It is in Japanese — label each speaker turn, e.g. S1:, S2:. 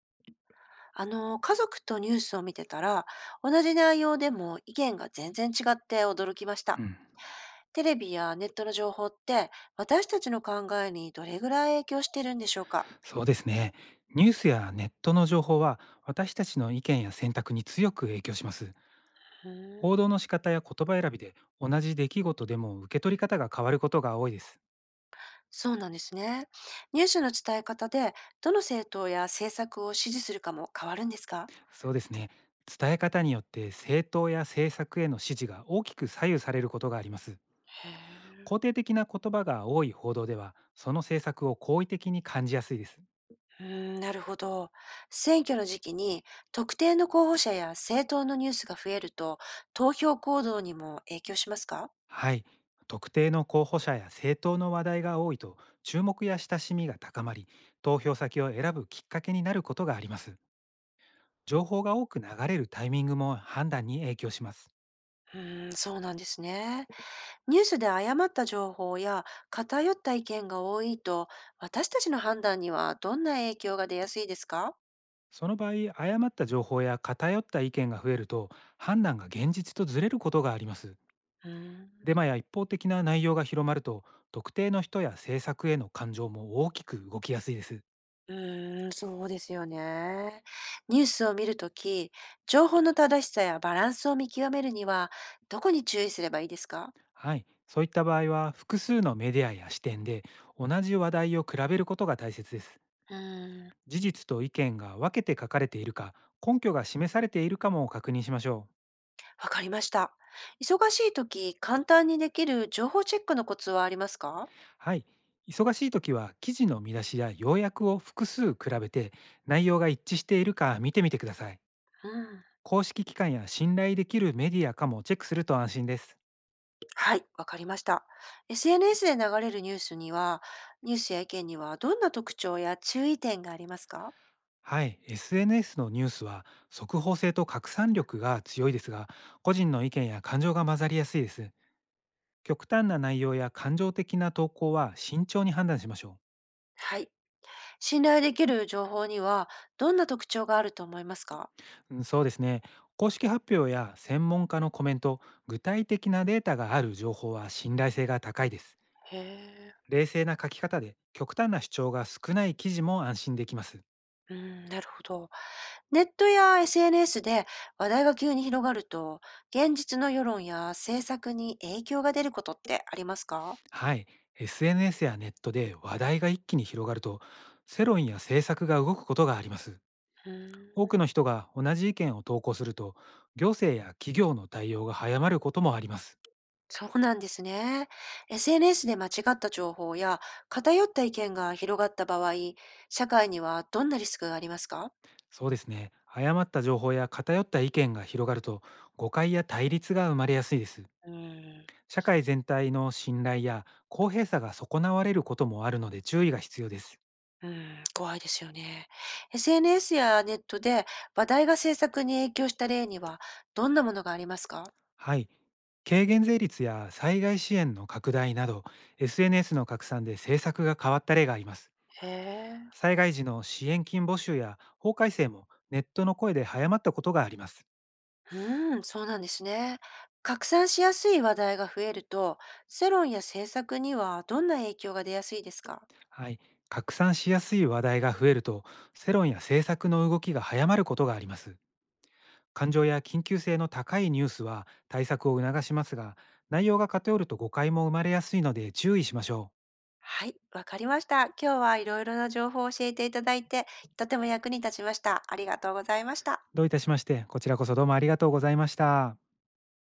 S1: 家族とニュースを見てたら、同じ内容でも意見が全然違って驚きました。
S2: うん、
S1: テレビやネットの情報って、私たちの考えにどれぐらい影響してるんでしょうか？
S2: そうですね。ニュースやネットの情報は私たちの意見や選択に強く影響します。
S1: うー
S2: 報
S1: ん。
S2: 道の仕方や言葉選びで同じ出来事でも受け取り方が変わることが多いです。
S1: そうなんですね。ニュースの伝え方で、どの政党や政策を支持するかも変わるんですか？
S2: そうですね。伝え方によって政党や政策への支持が大きく左右されることがあります。
S1: へえ。
S2: 肯定的な言葉が多い報道ではその政策を好意的に感じやすいです。
S1: うーん、なるほど。選挙の時期に特定の候補者や政党のニュースが増えると、投票行動にも影響しますか？
S2: はい、特定の候補者や政党の話題が多いと、注目や親しみが高まり、投票先を選ぶきっかけになることがあります。情報が多く流れるタイミングも判断に影響します。
S1: うーん、そうなんですね。ニュースで誤った情報や偏った意見が多いと、私たちの判断にはどんな影響が出やすいですか？
S2: その場合、誤った情報や偏った意見が増えると、判断が現実とずれることがあります。
S1: うーん、
S2: デマや一方的な内容が広まると、特定の人や政策への感情も大きく動きやすいです。
S1: うーん、そうですよね。ニュースを見るとき、情報の正しさやバランスを見極めるには、どこに注意すればいいですか？
S2: はい、そういった場合は複数のメディアや視点で同じ話題を比べることが大切です。
S1: うーん、わ
S2: 事実と意見が分けて書かれているか、根拠が示されているかも確認しましょう。
S1: かりました。忙しいとき、簡単にできる情報チェックのコツはありますか？
S2: はい。忙しい時は記事の見出しや要約を複数比べて、内容が一致しているか見てみてください。
S1: うん。
S2: 公式機関や信頼できるメディアかもチェックすると安心です。
S1: はい、わかりました。SNS で流れるニュースには、ニュースや意見にはどんな特徴や注意点がありますか？
S2: はい。SNS のニュースは速報性と拡散力が強いですが、個人の意見や感情が混ざりやすいです。極端な内容や感情的な投稿は慎重に判断しましょう。
S1: はい。信頼できる情報にはどんな特徴があると思いますか？
S2: うん、そうですね。公式発表や専門家のコメント、具体的なデータがある情報は信頼性が高いです。
S1: へえ。
S2: 冷静な書き方で極端な主張が少ない記事も安心できます。
S1: うん、なるほど。ネットや SNS で話題が急に広がると、現実の世論や政策に影響が出ることってありますか？
S2: はい。SNS やネットで話題が一気に広がると、世論や政策が動くことがあります。
S1: う
S2: 多
S1: ん。
S2: くの人が同じ意見を投稿すると、行政や企業の対応が早まることもあります。
S1: そうなんですね。SNS で間違った情報や偏った意見が広がった場合、社会にはどんなリスクがありますか？
S2: そうですね。誤った情報や偏った意見が広がると、誤解や対立が生まれやすいです。
S1: うん、
S2: 社会全体の信頼や公平さが損なわれることもあるので注意が必要です。
S1: うん、怖いですよね。SNS やネットで話題が政策に影響した例にはどんなものがありますか？
S2: はい。軽減税率や災害支援の拡大など、SNS の拡散で政策が変わった例があります。
S1: へえ。
S2: 災害時の支援金募集や法改正もネットの声で早まったことがあります。
S1: うん、そうなんですね。拡散しやすい話題が増えると、世論や政策にはどんな影響が出やすいですか？
S2: はい。拡散しやすい話題が増えると、世論や政策の動きが早まることがあります。感情や緊急性の高いニュースは対策を促しますが、内容が偏ると誤解も生まれやすいので注意しましょ
S1: はい、わかりました。今日はいろいろな情報を教えていただいて、とても役に立ちました。ありがとうございまし
S2: う。
S1: た。
S2: どういたしまして、こちらこそどうもありがとうございました。